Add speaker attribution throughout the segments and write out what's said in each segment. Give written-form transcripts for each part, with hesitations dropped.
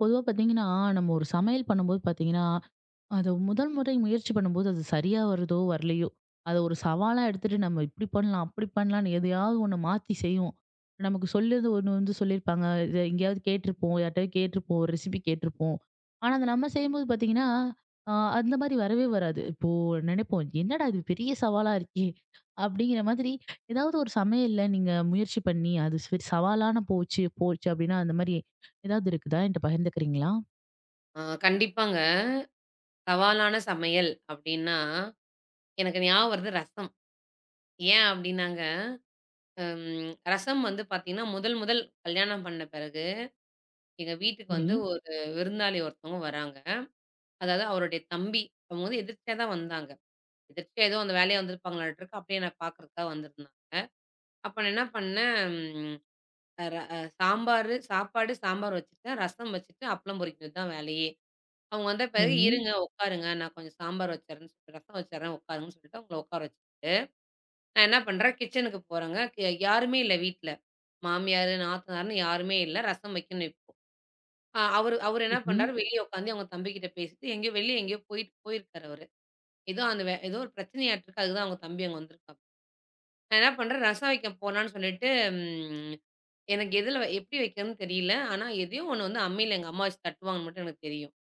Speaker 1: பொதுவா பாத்தீங்கன்னா, நம்ம ஒரு சமையல் பண்ணும்போது பாத்தீங்கன்னா, அத முதல் முறை முயற்சி பண்ணும்போது அது சரியா வருதோ! வரலையோ! அத ஒரு சவாலா எடுத்துட்டு நம்ம இப்பிடி பண்ணலாம், அப்பிடி பண்ணலான்னு எதையாவது ஒண்ணு மாத்தி செய்வோம். நமக்கு சொல்லியது ஒண்ணு வந்து சொல்லியிருப்பாங்க. இத எங்கேயாவது கேட்டுருப்போம், யார்ட்டயாவது கேட்டுருப்போம், ஒரு ரெசிபி கேட்டுருப்போம். ஆனா, அத நம்ம செய்யும்போது பார்த்தீங்கன்னா, அ அந்தமாரி வரவே வராது. இப்போ நினைப்போம், "என்னடா! இது பெரிய சவாலா இருக்கே!" அப்பிடிங்கிற மாதிரி ஏதாவது ஒரு சமையல்ல நீங்க முயற்சி பண்ணி, அது சரி சவாலான போச்சு அப்பிடின்னா அந்தமாரி ஏதாவது இருக்குதா? என்ட்ட பகிர்ந்துக்கிறீங்களா?
Speaker 2: ஆ கண்டிப்பாங்க. சவாலான சமையல் அப்டின்னா, எனக்கு ஞாபகம் வருது ரசம். ஏன் அப்டின்னாங்க, ரசம் வந்து பாத்தீங்கன்னா, முதல் முதல் கல்யாணம் பண்ண பிறகு, எங்க வீட்டுக்கு
Speaker 1: சரி.
Speaker 2: வந்து ஒரு விருந்தாளி ஒருத்தவங்க வராங்க. அதாவது அவருடைய தம்பி. அவங்க வந்து எதிர்ச்சியா தான் வந்தாங்க. எதிர்ச்சியா ஏதோ அந்த வேலையா வந்திருப்பாங்களாட்டுருக்கு. அப்டியே என்ன பாக்குறதுக்காக வந்திருந்தாங்க. அப்ப நான் என்ன பண்ணேன், ம் ர அ சாம்பாரு சாப்பாடு சாம்பார் வச்சுட்டேன். ரசம் வச்சுட்டு அப்பளம் பொறிக்கிறது தான் வேலையே. அவங்க வந்த பிறகு,
Speaker 1: சரி,
Speaker 2: "இருங்க, உட்காருங்க. நான் கொஞ்சம் சாம்பார் வச்சர்றேன்னு" ரசம் வச்சர்றேன் உட்காருங்கன்னு சொல்லிட்டு அவங்கள உட்கார வச்சேன். நான் என்ன பண்றேன், கிச்சனுக்கு போறேங்க. யாருமே இல்ல வீட்ல. மாமியாரு, நாத்தனார்ன்னு யாருமே இல்ல. ரசம் வைக்கணும் இப்போ. அ அவரு அவரு என்ன
Speaker 1: சரி.
Speaker 2: பண்றாரு, வெளிய உட்காந்து அவங்க தம்பிகிட்ட பேசிட்டு, எங்கேயோ வெளிய எங்கேயோ போயிட்டு போயிருக்காரு அவரு. ஏதோ அந்த வே ஏதோ ஒரு பிரச்சனையாட்ருக்கு. அதுக்கு தான் அவங்க தம்பி அங்க வந்திருக்கான். நான் என்ன பண்றேன், ரசம் வைக்க போலான்னு சொல்லிட்டு, ம் எனக்கு எப்படி வைக்கிறதுன்னு தெரியல. ஆனா எதையோ ஒண்ணு வந்து அம்மியில எங்க அம்மா வச்சு தட்டுவாங்கன்னு மட்டும் எனக்கு தெரியும்.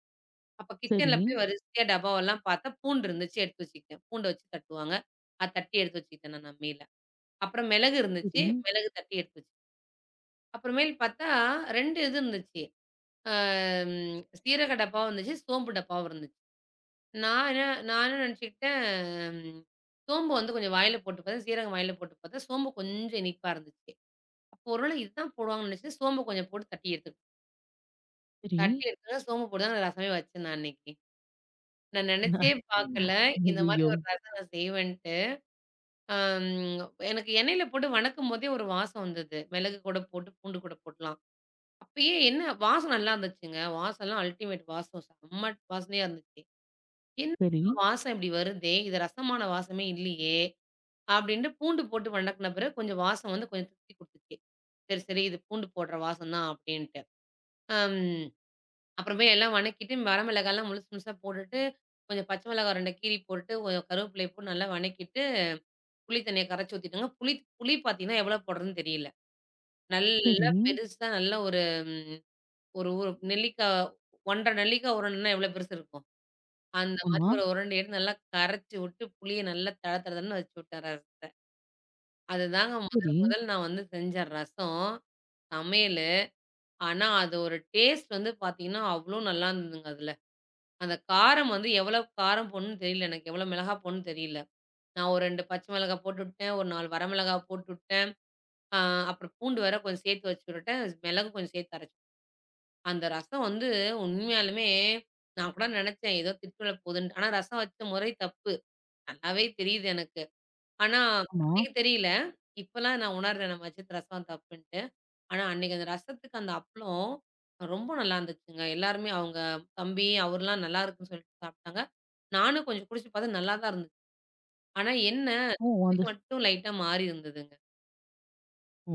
Speaker 2: அப்ப
Speaker 1: சரி.
Speaker 2: கிச்சன்ல போய் வரிசையா டப்பாவெல்லாம் பார்த்தா பூண்டு இருந்துச்சு, எடுத்து வச்சுக்கிட்டேன். பூண்ட வச்சு தட்டுவாங்க. அத தட்டி எடுத்து வச்சுக்கிட்டேன் நான் அம்மியில. அப்புறம் மிளகு இருந்துச்சு.
Speaker 1: சரி,
Speaker 2: மிளகு தட்டி எடுத்து வச்சு அப்புறமேல் பார்த்தா 2 இது இருந்துச்சு. அ ம் சீரக டப்பாவும் இருந்துச்சு, சோம்பு டப்பாவும் இருந்துச்சு. நான் என்ன நினச்சுக்கிட்டேன், ம் சோம்பு வந்து கொஞ்சம் வாயில போட்டு பார்த்தேன், சீரகம் வாயில போட்டு பார்த்தேன், சோம்பு கொஞ்சம் இனிப்பா இருந்துச்சு. அப்போ ஒரு வேளை இதுதான் போடுவாங்கன்னு நினச்சேன், சோம்பு கொஞ்சம் போட்டு தட்டி எடுத்துக்கிட்டேன்.
Speaker 1: சரி.
Speaker 2: தட்டி எடுத்தோனே சோம்பு போட்டு தான் நான் ரசமே வச்சேன் நான் அன்னைக்கு. நான் நினச்சே பார்க்கல, இந்த மாதிரி
Speaker 1: ஐயய்யோ!
Speaker 2: ஒரு ரசம் நான் செய்வேன்ட்டு. அம் எனக்கு எண்ணெயில போட்டு வணக்கும்போதே ஒரு வாசம் வந்தது. மிளகு கூட போட்டு, பூண்டு கூட போட்டுலாம். அப்பயே என்ன வாசம் நல்லா இருந்துச்சுங்க. வாசம்லாம் அல்டிமேட் வாசம். செம்ம வாசனையா இருந்துச்சு.
Speaker 1: சரி,
Speaker 2: "என்னடா வாசம் இப்படி வருதே! இது ரசமான வாசமே இல்லையே!" அப்படின்ட்டு பூண்டு போட்டு வணக்குன பிறகு கொஞ்சம் வாசம் வந்து கொஞ்சம் திருப்தி குடுத்துச்சு. சரி, சரி இது பூண்டு போடுற வாசம் தான் அப்படின்ட்டு. அம் அப்புறமே எல்லாம் வணக்கிட்டு வர மிளகாய்லாம் முழுசு முழுசா போட்டுட்டு, கொஞ்சம் பச்சை மிளகாய் 2 கீறி போட்டு, கொஞ்சம் கருவேப்பிலைய போட்டு நல்லா வணக்கிட்டு, புளி தண்ணிய கரைச்சு ஊத்திட்டோங்க. புளி புளி பார்த்தீங்கன்னா, எவ்வளோ போடுறதுன்னு தெரியல.
Speaker 1: சரி.
Speaker 2: நல்லா பெருசா நல்ல ஒரு ஒரு ஒரு நெல்லிக்கா 1½ நெல்லிக்கா உருண்டன்னா எவ்வளோ பெருசு இருக்கும். அந்த மாரி
Speaker 1: ஆமா.
Speaker 2: ஒரு உருண்டைய எடுத்து நல்லா கரைச்சு விட்டு, புளிய நல்லா தட தடன்னு வச்சு விட்டேன் ரசத்த. அதுதாங்க முதல்
Speaker 1: சரி.
Speaker 2: முதல் நான் வந்து செஞ்சேன் ரசம், சமையலு. ஆனா, அது ஒரு டேஸ்ட் வந்து பார்த்தீங்கன்னா, அவ்ளோ நல்லா இருந்ததுங்க அதுல. அந்த காரம் வந்து எவ்வளோ காரம் போடணும்னு தெரியல எனக்கு. எவ்வளோ மிளகா போடணும்னு தெரியல. நான் ஒரு 2 பச்சை மிளகா போட்டுவிட்டேன், ஒரு 4 வரமிளகா போட்டுவிட்டேன். அ அப்புறம் பூண்டு வேற கொஞ்சம் சேர்த்து வச்சு விட்டுட்டேன். மிளகு கொஞ்சம் சேர்த்து அரைச்சு அந்த ரசம் வந்து உண்மையாலுமே நான் கூட நினைச்சேன் ஏதோ திட்டுவிழ போகுதுன்ட்டு. ஆனா ரசம் வச்ச முறை தப்பு. நல்லாவே தெரியுது எனக்கு. ஆனா
Speaker 1: ஆமா.
Speaker 2: அன்னைக்கு தெரியல. இப்பலாம் நான் உணர்றேன் நம்ம வச்சது ரசம் தப்புன்ட்டு. ஆனா அன்னைக்கு அந்த ரசத்துக்கு அந்த அப்பளம் ரொம்ப நல்லா இருந்துச்சுங்க. எல்லாருமே அவங்க தம்பி அவர்லாம் நல்லா இருக்குன்னு சொல்லிட்டு சாப்ட்டாங்க. நானும் கொஞ்சம் குடிச்சு பார்த்தேன் நல்லா தான் இருந்துச்சு. ஆனா என்ன
Speaker 1: ஓ!
Speaker 2: சுவை
Speaker 1: அந்த ஸ்
Speaker 2: மட்டும் லைட்டா மாறி இருந்ததுங்க.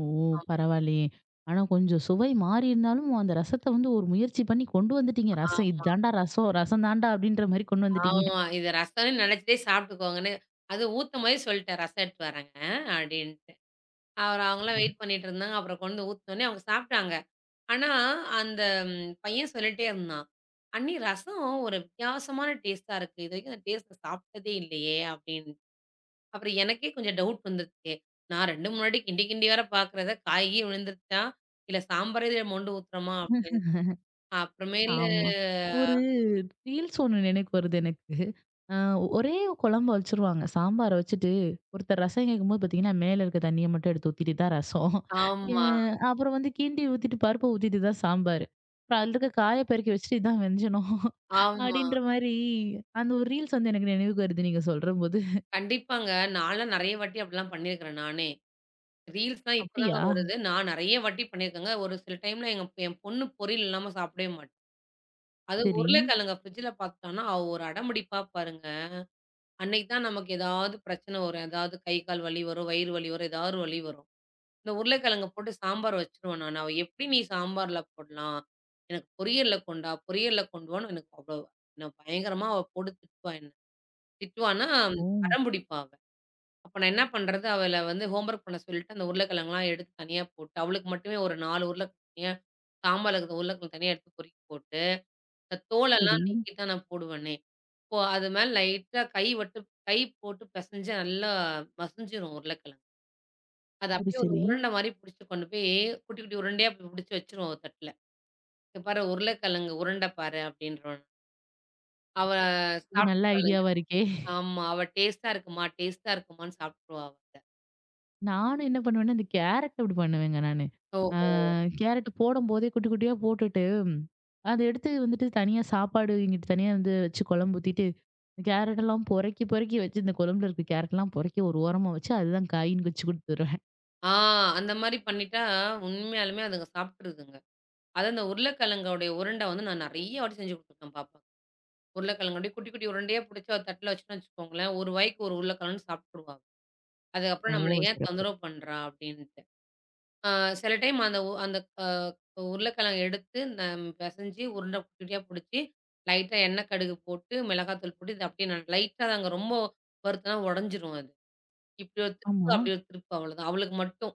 Speaker 1: ஓ!
Speaker 2: ஆமா,
Speaker 1: பரவாயில்லயே! ஆனா கொஞ்சம் சுவை மாறி இருந்தாலும், அந்த ரசத்த வந்து ஒரு முயற்சி பண்ணி கொண்டு வந்துட்டீங்க. ரசம்
Speaker 2: ஆமா,
Speaker 1: இதாண்டா ரசம், ரசம் தாண்டா அப்படின்ற மாரி கொண்டு வந்துட்டீங்க.
Speaker 2: ஆமா. இது ரசம்ன்னு நெனச்சுட்டே சாப்ட்டுக்கோங்கன்னு. அது ஊத்த மாரி சொல்ட்டேன். ரசம் எடுத்துட்டு வரேங்க அப்டின்ட்டு. அவர் அவங்கலாம் வெயிட் பண்ணிட்டு இருந்தாங்க. அப்புறம் கொண்டு வந்து ஊத்துனோனே அவங்க சாப்பிட்டாங்க. ஆனா, அந்த பையன் சொல்லிட்டே இருந்தான். "அண்ணி ரசம் ஒரு வித்தியாசமான டேஸ்ட்டா இருக்கு. இதுவரைக்கும் அந்த டேஸ்ட்ட சாப்பிட்டதே இல்லையே!" அப்படின்னு. அப்புறம் எனக்கே கொஞ்சம் டவுட் வந்துருச்சு. நான் 2 மூணு வாட்டி கிண்டி கிண்டி வேற பார்க்குறேன். ஏதாவது காய் கீய் விழுந்துருச்சா? இல்ல சாம்பாரே இதுல மொண்டு ஊத்துறோமா? அப்படின்ட்டு. அப்புறமேலு
Speaker 1: ஆமா. ஒரு ரீல்ஸ் ஒண்ணு நினைவுக்கு வருது எனக்கு. ஆ ஒரே குழம்ப வச்சுருவாங்க. சாம்பார வச்சுட்டு, ஒருத்தர் ரசம் கேட்கும்போது பார்த்தீங்கன்னா, மேல இருக்க தண்ணிய மட்டும் எடுத்து ஊத்திட்டு தான் ரசம். அ
Speaker 2: ஆமா,
Speaker 1: அப்புறம் வந்து கிண்டி ஊத்திட்டு, பருப்ப ஊத்திட்டு தான் சாம்பார். அப்புறம் அதில இருக்க காய பெருக்கி வச்சுட்டு இதான் வெஞ்சனம்.
Speaker 2: ஆமா.
Speaker 1: அப்படின்ற மாரி அந்த ஒரு ரீல்ஸ் வந்து எனக்கு நினைவுக்கு வருது நீங்க சொல்றபோது.
Speaker 2: கண்டிப்பாங்க. நான்லாம் நெறைய வாட்டி அப்படிலாம் பண்ணியிருக்கிறேன் நானே. ரீல்ஸ்லாம் இப்பதாங்க
Speaker 1: அப்படியா?
Speaker 2: வருது. நான் நெறைய வாட்டி பண்ணியிருக்கேங்க. ஒரு சில டைம்ல எங்க என் பொண்ணு பொரியல் இல்லாம சாப்பிடவே மாட்டா. அது
Speaker 1: சரி.
Speaker 2: உருளைக்கிழங்க ஃப்ரிட்ஜ்ல பாத்துட்டான்னா, அவ ஒரு அடம்பிடிப்பா பாருங்க. அன்னைக்கு தான் நமக்கு ஏதாவது பிரச்சனை வரும். ஏதாவது கை, கால் வலி வரும், வயிறு வலி வரும், ஏதாவது ஒரு வலி வரும். இந்த உருளைக்கிழங்க போட்டு சாம்பார் வச்சுருவேன் நானு. அவ "எப்படி நீ சாம்பார்ல போடலாம்? எனக்கு பொரியல்ல கொண்டா, பொரியல்ல கொண்டு வான்னு" எனக்கு அவ்வளோ நான் பயங்கரமா அவ போட்டு திட்டுவா என்ன. திட்டுவான்னா,
Speaker 1: ஓ!
Speaker 2: அடம்பிடிப்பா அவ. அப்ப நான் என்ன பண்றது, அவள வந்து ஹோம்வொர்க் பண்ண சொல்லிட்டு, அந்த உருளைக்கிழங்குலாம் எடுத்து தனியா போட்டு, அவளுக்கு மட்டுமே ஒரு 4 உருளைக்கிழங்கு தனியா, சாம்பார்ல இருக்கிற உருளைக்கிழங்கு தனியா எடுத்து பொறுக்கி போட்டு, இந்த
Speaker 1: சரி,
Speaker 2: தோலெல்லாம் நீக்கி தான் நான் போடுவேனே. இப்போ அது மேல லைட்டா கை விட்டு கை போட்டு பெசஞ்சு நல்லா மசிஞ்சிரும் உருளைக்கிழங்கு. அது
Speaker 1: சரி,
Speaker 2: அப்படியே ஒரு
Speaker 1: சரி.
Speaker 2: உருண்டை மாரி புடிச்சு கொண்டு போய், குட்டி குட்டி உருண்டையா புடிச்சு வச்சுருவோம் ஒரு தட்டுல. "இங்க பாரு உருளைக்கிழங்கு உருண்டை பாரு" அப்படின்றோம். அவ
Speaker 1: இது நல்ல
Speaker 2: சாப்பிட்டுருவாளுங்க.
Speaker 1: ஐடியாவா இருக்கே!
Speaker 2: ஆமா. அவ "டேஸ்ட்டா இருக்குமா, டேஸ்ட்டா இருக்குமான்னு" சாப்பிட்டுருவா அவ அத.
Speaker 1: நானும் என்ன பண்ணுவேன்னா, இந்த கேரட் அப்படி பண்ணுவேங்க நானு. ஆ
Speaker 2: ஓஹோ!
Speaker 1: கேரட் போடும்போதே குட்டி குட்டியா போட்டுட்டு, அத எடுத்து வந்துட்டு தனியா சாப்பாடு இங்கிட்டு தனியா வந்து வச்சு குழம்பு ஊத்திட்டு, கேரட்டெல்லாம் பொறுக்கி பொறுக்கி வச்சு இந்த குழம்புல இருக்க கேரட்லாம் பொறுக்கி ஒரு ஓரமா வச்சு, அதுதான் காயின்னு வச்சு குடுத்துருவேன்.
Speaker 2: ஆ அந்த மாரி பண்ணிட்டா, உண்மையாலுமே அதுங்க சாப்பிட்டுருதுங்க. அதான் அந்த உருளைக்கிழங்கோடைய உருண்ட வந்து நான் நெறைய வாட்டி செஞ்சு குடுத்துருக்கேன் பாப்பாக்கு. உருளைக்கிழங்கு அப்படியே குட்டி, குட்டி உருண்டையா புடிச்சு ஒரு தட்டுல வச்சுட்டோம்னு வச்சுக்கோங்களேன், ஒரு வாய்க்கு ஒரு உருளைக்கிழங்குன்னு சாப்ட்டுருவா.
Speaker 1: ஓ!
Speaker 2: அதுக்கப்புறம் நம்மள ஏன்
Speaker 1: சிறப்பு.
Speaker 2: தொந்தரவு பண்றா அப்படின்ட்டு. ஆ சில டைம் அந்த அ உருளைக்கிழங்க எடுத்து நம் பெசஞ்சு உருண்ட குட்டி, குட்டியா புடிச்சு, லைட்டா எண்ணெய் கடுகு போட்டு, மிளகாத்தூள் போட்டு இத அப்படியே நான் லைட்டா தாங்க ரொம்ப வறுத்தனா உடைஞ்சிரும் அது. இப்படி ஒரு திருப்பு,
Speaker 1: ஆமா.
Speaker 2: அப்படி ஒரு திருப்பு அவ்வளோதான். அவளுக்கு மட்டும்.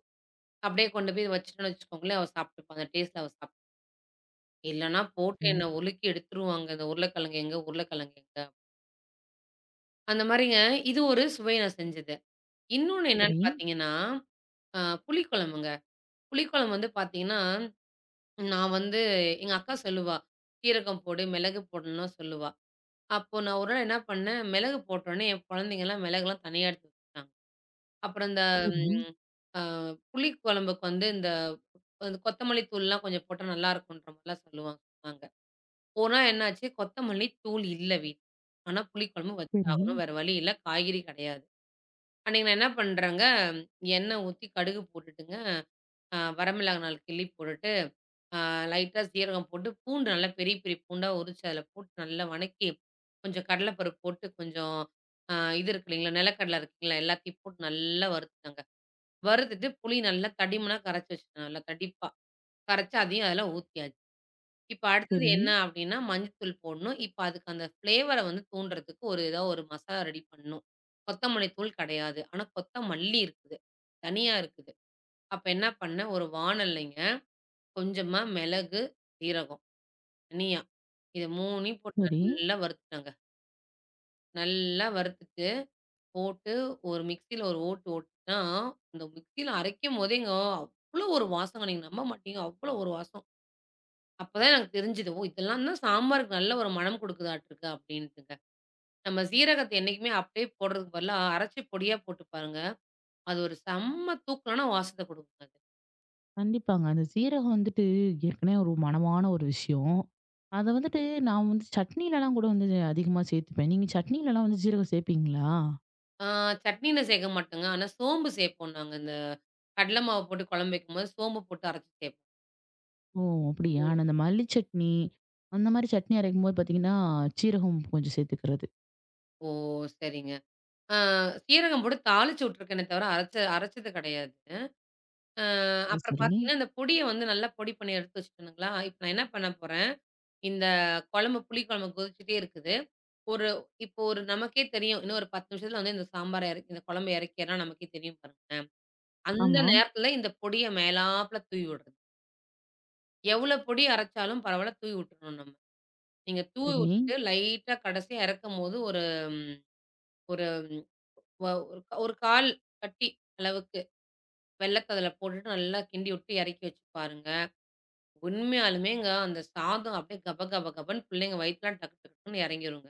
Speaker 2: அப்படியே கொண்டு போய் வச்சுட்டோம்னு வச்சுக்கோங்களேன், அவ சாப்பிட்டுப்பா. அந்த டேஸ்ட்ல அவ சாப் இல்லன்னா போட்டு என்ன
Speaker 1: கண்டிப்பா.
Speaker 2: உலுக்கி எடுத்துருவாங்க. இந்த உருளைக்கிழங்கு எங்க? உருளைக்கிழங்கு எங்க? அந்த மாரிங்க. இது ஒரு சுவை நான் செஞ்சது. இன்னொன்னு என்னன்னு
Speaker 1: சரி,
Speaker 2: பார்த்தீங்கன்னா, அ புளிக்குழம்புங்க. புளிக்குழம்பு வந்து பார்த்தீங்கன்னா, நான் வந்து எங்க அக்கா சொல்லுவா, "சீரகம் போடு, மிளகு போடணும்லாம்" சொல்லுவா. அப்போ நான் ஒரு நாள் என்ன பண்ணேன், மிளகு போட்டோனே என் குழந்தைங்கலாம் மிளகுலாம் தனியா எடுத்து வச்சுட்டாங்க. அப்புறம் இந்த
Speaker 1: சரி,
Speaker 2: ம், அ புளி குழம்புக்கு வந்து இந்த அந்த கொத்தமல்லி தூள்லாம் கொஞ்சம் போட்டா நல்லா இருக்குன்ற மாரிலாம் சொல்லுவாங்க சொன்னாங்க. போனா என்னாச்சு, கொத்தமல்லி தூள் இல்ல வீட்ல. ஆனா புளி குழம்பு
Speaker 1: சரி,
Speaker 2: வச்சாகணும். வேற வழி இல்ல. காய்கறி கிடையாது. அன்னைக்கு நான் என்ன பண்றேங்க, எண்ணெய் ஊத்தி கடுகு போட்டுட்டுங்க, வரமிளகாய் நாலு கிள்ளி போட்டுட்டு, அ லைட்டா சீரகம் போட்டு, பூண்டு நல்லா பெரிய பெரிய பூண்டா உரிச்சு அதில போட்டு நல்லா வணக்கி, கொஞ்சம் கடலை பருப்பு போட்டு, கொஞ்சம் அ இது இருக்கு இல்லைங்களா, நிலக்கடலை இருக்குங்களா எல்லாத்தையும் போட்டு நல்லா வறுத்துட்டேங்க. வறுத்துட்டு புளி நல்லா தடிமனா கரைச்சு வச்சுக்கணும். நல்லா தடிப்பா. கரைச்சு அதையும் அதில ஊத்தியாச்சு. இப்ப அடுத்தது
Speaker 1: சரி,
Speaker 2: என்ன அப்டின்னா, மஞ்சத்தூள் போடணும். இப்ப அதுக்கு அந்த ஃப்ளேவர வந்து தூண்டுறதுக்கு ஒரு ஏதாவது ஒரு மசாலா ரெடி பண்ணணும். கொத்தமல்லி தூள் கிடையாது. ஆனா கொத்தமல்லி இருக்குது. தனியா இருக்குது. அப்ப என்ன பண்ணேன், ஒரு வாணல்லைங்க கொஞ்சமா மிளகு, சீரகம் தனியா. இது 3யும் போட்டு
Speaker 1: சரி.
Speaker 2: நல்லா வறுத்துட்டேங்க. நல்லா வறுத்துட்டு போட்டு ஒரு மிக்ஸியில ஒரு ஓட்டு ஓட்டுனா, அந்த மிக்ஸியில அரைக்கும்போதேங்க, அவ்ளோ ஒரு வாசங்க. நீங்க நம்ப மாட்டீங்க. அவ்ளோ ஒரு வாசம். அப்பதான் எனக்கு தெரிஞ்சது. ஓ! இதெல்லாம் தான் சாம்பாருக்கு நல்ல ஒரு மணம் குடுக்குதாட்டுருக்கு அப்டின்ட்டுங்க. நம்ம சீரகத்த என்னைக்குமே அப்டியே போடுறதுக்கு பதிலா, அரைச்சு பொடியா போட்டு பாருங்க. அது ஒரு செம்ம தூக்கலான வாசத்த குடுக்குங்க அது.
Speaker 1: கண்டிப்பாங்க. அந்த சீரகம் வந்துட்டு ஏற்கனவே ஒரு மணமான ஒரு விஷயம். அத வந்துட்டு நான் வந்து சட்னிலலாம் கூட வந்து அதிகமா சேர்த்துப்பேன். நீங்க சட்னிலலாம் வந்து சீரகம் சேர்ப்பீங்களா?
Speaker 2: ஆ சட்னியில சேக்க மாட்டோங்க. ஆனா சோம்பு சேப்போம் நாங்க. இந்த கடல மாவு போட்டு குழம்பு வைக்கும்போது, சோம்பு போட்டு அரைச்சு சேப்போம்.
Speaker 1: ஓ! அப்படியா? நான் அந்த மல்லி சட்னி, அந்த மாரி சட்னி அரைக்கும்போது பார்த்தீங்கன்னா, சீரகம் கொஞ்சம் சேர்த்துக்கிறது.
Speaker 2: ஓ! சரிங்க. ஆ சீரகம் போட்டு தாளிச்சு விட்டுருக்கேனே தவிர, அரைச்சது கெடையாது.
Speaker 1: சரி,
Speaker 2: அப்புறம்
Speaker 1: சரி.
Speaker 2: பார்த்தீங்கன்னா, இந்த பொடிய வந்து நல்லா பொடி பண்ணி எடுத்து வச்சுக்கணுங்களா, இப்ப நான் என்ன பண்ண போறேன், இந்த புளி குழம்பு கொதிச்சுட்டே இருக்குது. ஒரு இப்போ நமக்கே தெரியும், இன்னும் ஒரு 10 நிமிஷத்துல வந்து இந்த சாம்பார இறக்கி இந்த குழம்ப இறக்கிறோம்னா நமக்கே தெரியும் பாருங்களேன். அந்த
Speaker 1: ஆமா.
Speaker 2: நேரத்துல இந்த பொடிய மேலாப்புல தூவி விடுறது. எவ்வளோ பொடி அரைச்சாலும் பரவால்ல, தூவி விட்டுறணும் நம்ம. நீங்க தூவி
Speaker 1: சரி.
Speaker 2: விட்டுட்டு லைட்டா கடைசியா இறக்கும்போது ஒரு ம் ஒரு ம் வ ஒரு கா- ஒரு 1/4 கட்டி அளவுக்கு வெல்லத்த அதுல போட்டுட்டு நல்லா கிண்டி விட்டு இறக்கி வச்சு பாருங்க. உண்மையாலுமேங்க அந்த சாதம் அப்படியே கப கப கபன்னு பிள்ளைங்க வயித்துலாம் டக்கு டக்குன்னு இறங்கிருங்க.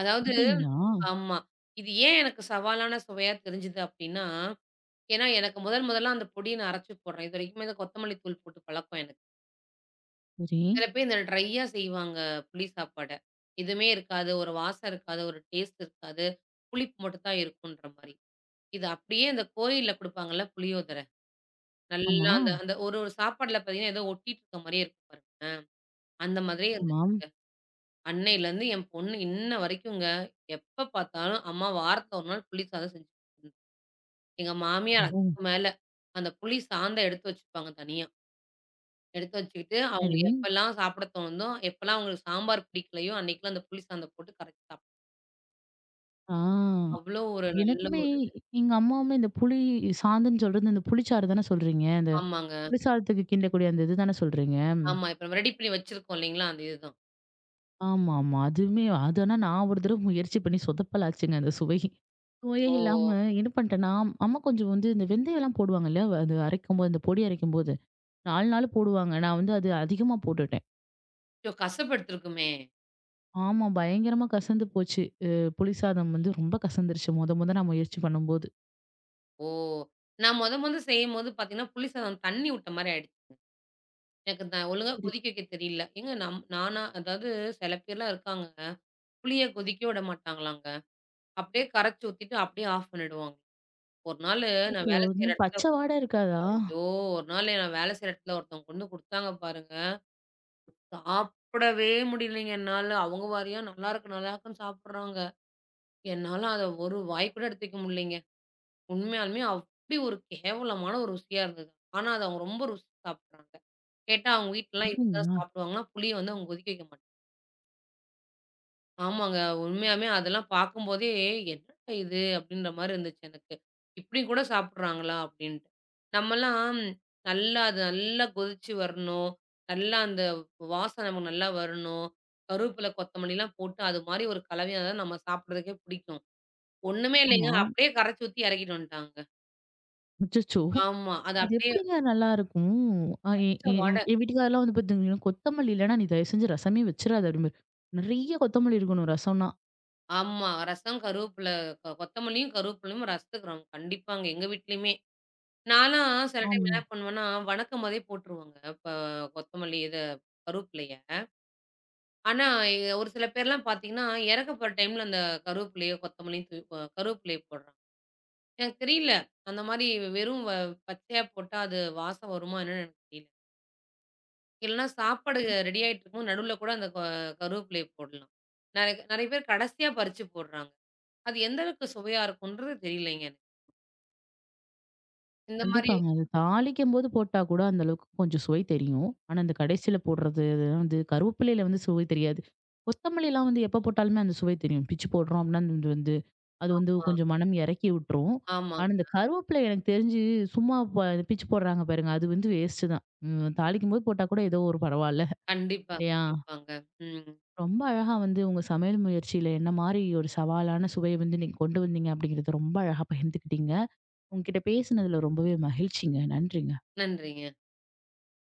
Speaker 2: அதாவது
Speaker 1: அப்படிங்களா?
Speaker 2: ஆமா. இது ஏன் எனக்கு சவாலான சுவையா தெரிஞ்சுது அப்படின்னா, ஏன்னா எனக்கு முதல் முதல்ல அந்த பொடிய நான் அரைச்சு போடுறேன். இதுவரைக்குமே இந்த கொத்தமல்லி தூள் போட்டு பழக்கம் எனக்கு.
Speaker 1: சரி.
Speaker 2: சில பேர் இந்த ட்ரையா செய்வாங்க புளி சாப்பாட. எதுவுமே இருக்காது, ஒரு வாசம் இருக்காது, ஒரு டேஸ்ட் இருக்காது. புளிப்பு மட்டும் தான் இருக்குன்ற மாரி. இது அப்படியே இந்த கோயில்ல குடுப்பாங்கல்ல புளியோதரை.
Speaker 1: ஆமா.
Speaker 2: நல்லா அந்த அந்த ஒரு ஒரு சாப்பாடுல பார்த்தீங்கன்னா, ஏதோ ஒட்டிட்டு இருக்க மாரியே இருக்கும் பாருங்க. அந்த மாதிரியே
Speaker 1: ஆமாம்.
Speaker 2: இருந்துச்சுங்க. அன்னையிலருந்து என் பொண்ணு இன்ன வரைக்குங்க, எப்ப பார்த்தாலும், அம்மா வாரத்துல ஒரு நாள் புளி சாதம் செஞ்சு குடுங்க. எங்க மாமியார்
Speaker 1: ஓ!
Speaker 2: அதுக்கு மேல. அந்த புளி சாந்த எடுத்து வச்சுப்பாங்க தனியா. எடுத்து வச்சுக்கிட்டு, அவங்களுக்கு
Speaker 1: சரி.
Speaker 2: எப்பலாம் சாப்பிட தோணுதோ, எப்பலாம் அவங்களுக்கு சாம்பார் பிடிக்கலையோ, அன்னைக்குலாம் அந்த புளி சாந்த போட்டு கரைச்சு சாப்
Speaker 1: ஆ.
Speaker 2: அவ்ளோ ஒரு நல்ல
Speaker 1: எனக்குமே
Speaker 2: ஒரு
Speaker 1: எங்க அம்மாவுமே இந்த புளி சாந்துன்னு சொல்றது, இந்த புளிச்சாறு தானே சொல்றீங்க?
Speaker 2: ஆமாங்க.
Speaker 1: குளிர்சாதனத்துக்கு கிண்டக்கூடிய அந்த இதுதானே சொல்றீங்க?
Speaker 2: ஆமா. இப்ப நம்ம ரெடி பண்ணி வச்சிருக்கோம் இல்லைங்களா? அந்த இதுதான்.
Speaker 1: ஆமா, ஆமா. அதுவுமே அது ஆனா நான் ஒரு தடவ முயற்சி பண்ணி சொதப்பலாச்சுங்க அந்த சுவை. சுவையே
Speaker 2: ஓ!
Speaker 1: இல்லாம என்ன பண்ணிட்டேன்னா, அம்மா கொஞ்சம் வந்து இந்த வெந்தயம்லாம் போடுவாங்கல்ல, அது அரைக்கும்போது அந்த பொடி அரைக்கும்போது. 4 நாள் போடுவாங்க. நான் வந்து அது அதிகமா போட்டுட்டேன்.
Speaker 2: அச்சோ! கசப்பு எடுத்துருக்குமே!
Speaker 1: ஆமா, பயங்கரமா கசந்து போச்சு. புளிசாதம் வந்து ரொம்ப கசந்துருச்சு மொத மொத நான் முயற்சி பண்ணும்போது.
Speaker 2: ஓ! நான் மொத மொத செய்யும்போது பார்த்தீங்கன்னா, புளி சாதம் தண்ணி விட்ட மாரி ஆயிடுச்சு. எனக்கு நான் ஒழுங்கா கொதிக்க வைக்க தெரியல. ஏங்க நம் நானா அதாவது சில பேர்லாம் இருக்காங்க, புளிய கொதிக்க விட மாட்டாங்களாங்க. அப்படியே கரைச்சு ஊத்திட்டு அப்படியே ஆஃப் பண்ணிடுவாங்க. ஒரு நாளு நான்
Speaker 1: அச்சச்சோ!
Speaker 2: வேலை செய்ற
Speaker 1: இது பச்ச
Speaker 2: இடத்துல
Speaker 1: வாட இருக்காதா?
Speaker 2: ஐயோ! ஒரு நாள் நான் வேலை செய்ற இடத்துல ஒருத்தவங்க கொண்டு குடுத்தாங்க பாருங்க. சாப்பிடவே முடியலைங்க என்னால. அவங்க வாரியா நல்லாருக்கு, நல்லாருக்குன்னு சாப்பிடுறாங்க. என்னால அத ஒரு வாய் கூட எடுத்து வைக்க முடியலைங்க. உண்மையாலுமே அப்படி ஒரு கேவலமான ஒரு ருசியா இருந்தது. ஆனா, அத அவங்க ரொம்ப ருசிச்சு சாப்பிடுறாங்க. கேட்டா அவங்க வீட்லலாம் இதுதான்
Speaker 1: அப்படிங்களா?
Speaker 2: சாப்பிடுவாங்கலாம், புளிய வந்து அவங்க கொதிக்க வைக்க மாட்டாங்க. ஆமாங்க. உண்மையாவே அதெல்லாம் பார்க்கும்போதே, "என்னடா இது?" அப்படின்ற மாரி இருந்துச்சு எனக்கு. "இப்படி கூட சாப்பிடுறாங்களா?" அப்படின்ட்டு. நம்மலாம் நல்லா அது நல்லா கொதிச்சு வரணும். நல்லா அந்த வாசனை நமக்கு நல்லா வரணும். கருவேப்பில, கொத்தமல்லிலாம் போட்டு அது மாரி ஒரு கலவையா தான் நம்ம சாப்பிடுறதுக்கே பிடிக்கும். ஒண்ணுமே இல்லைங்க.
Speaker 1: ஆமா.
Speaker 2: அப்படியே கரைச்சு ஊத்தி இறக்கிட்டு வந்துட்டாங்க.
Speaker 1: அச்சச்சோ!
Speaker 2: ஆமா. அது
Speaker 1: அது
Speaker 2: அப்படியே
Speaker 1: எப்படிங்க நல்லாருக்கும்? அ எ
Speaker 2: பச்ச
Speaker 1: எ எ-
Speaker 2: வாடை.
Speaker 1: என் வீட்டுக்காரர்லாம் வந்து பாத்தீங்கன்னா, கொத்தமல்லி இல்லன்னா, "நீ தயவு செஞ்சு ரசமே வச்சுறாத" அப்படிம்பாரு. நெறைய கொத்தமல்லி இருக்கணும் ரசம்னா.
Speaker 2: ஆமா. ரசம், கருவேப்பில கொத்தமல்லியும், கருவேப்பிலையும் ரசத்துக்கு கண்டிப்பாங்க. எங்க வீட்லயுமே. நான்லாம் சில டைம் என்ன
Speaker 1: ஆமா.
Speaker 2: பண்ணுவேன்னா, வணக்கம் மாரியே போட்டுருவேங்க. இப்ப கொத்தமல்லி இத கருவேப்பிலைய. ஆனா, ஒரு சில பேர்லாம் பார்த்தீங்கன்னா, இறக்க போற டைம்ல அந்த கருவேப்பிலையோ, கொத்தமல்லியும் தூ அ கருவேப்பிலைய போடுறாங்க. எனக்கு தெரியல. அந்த மாரி வெறும் வ பச்சையா போட்டா அது வாசம் வருமா என்னன்னு எனக்கு தெரியல. இல்லன்னா சாப்பாடு ரெடி ஆயிட்டுருக்கும். நடுவுல கூட அந்த கொ கருவேப்பிலைய போடலாம். நெறைய நெறைய பேர் கடைசியா பறிச்சு போடுறாங்க. அது எந்த அளவுக்கு சுவையா இருக்கும்ன்றது தெரியலைங்க எனக்கு. இந்த மாரி
Speaker 1: கண்டிப்பாங்க. அது தாளிக்கும்போது போட்டா கூட அந்த அளவுக்கு கொஞ்சம் சுவை தெரியும். ஆனா, இந்த கடைசியில போடுறது அதெல்லாம் வந்து கருவேப்பிலையில வந்து சுவை தெரியாது. கொத்தமல்லிலாம் வந்து எப்ப போட்டாலுமே அந்த சுவை தெரியும். பிச்சு போடுறோம் அப்படின்னா, அது வந்து
Speaker 2: ஆமா,
Speaker 1: கொஞ்சம் மனம் இறக்கி விட்டுரும். ஆனா,
Speaker 2: ஆமாங்க.
Speaker 1: இந்த கருவேப்பிலை எனக்கு தெரிஞ்சு சும்மா ப பிச்சு போடுறாங்க பாருங்க, அது வந்து வேஸ்ட்டு தான். ம் தாளிக்கும்போது போட்டா கூட ஏதோ ஒரு பரவால்ல.
Speaker 2: கண்டிப்பா,
Speaker 1: இல்லையா?
Speaker 2: கண்டிப்பாங்க. ம்.
Speaker 1: ரொம்ப அழகா வந்து உங்க சமையல் முயற்சியில என்ன மாரி ஒரு சவாலான சுவைய வந்து நீங்க கொண்டு வந்தீங்க அப்படிங்கிறத ரொம்ப அழகா பகிர்ந்துக்கிட்டீங்க. உங்ககிட்ட பேசினதுல ரொம்பவே மகிழ்ச்சிங்க. நன்றிங்க.
Speaker 2: நன்றிங்க.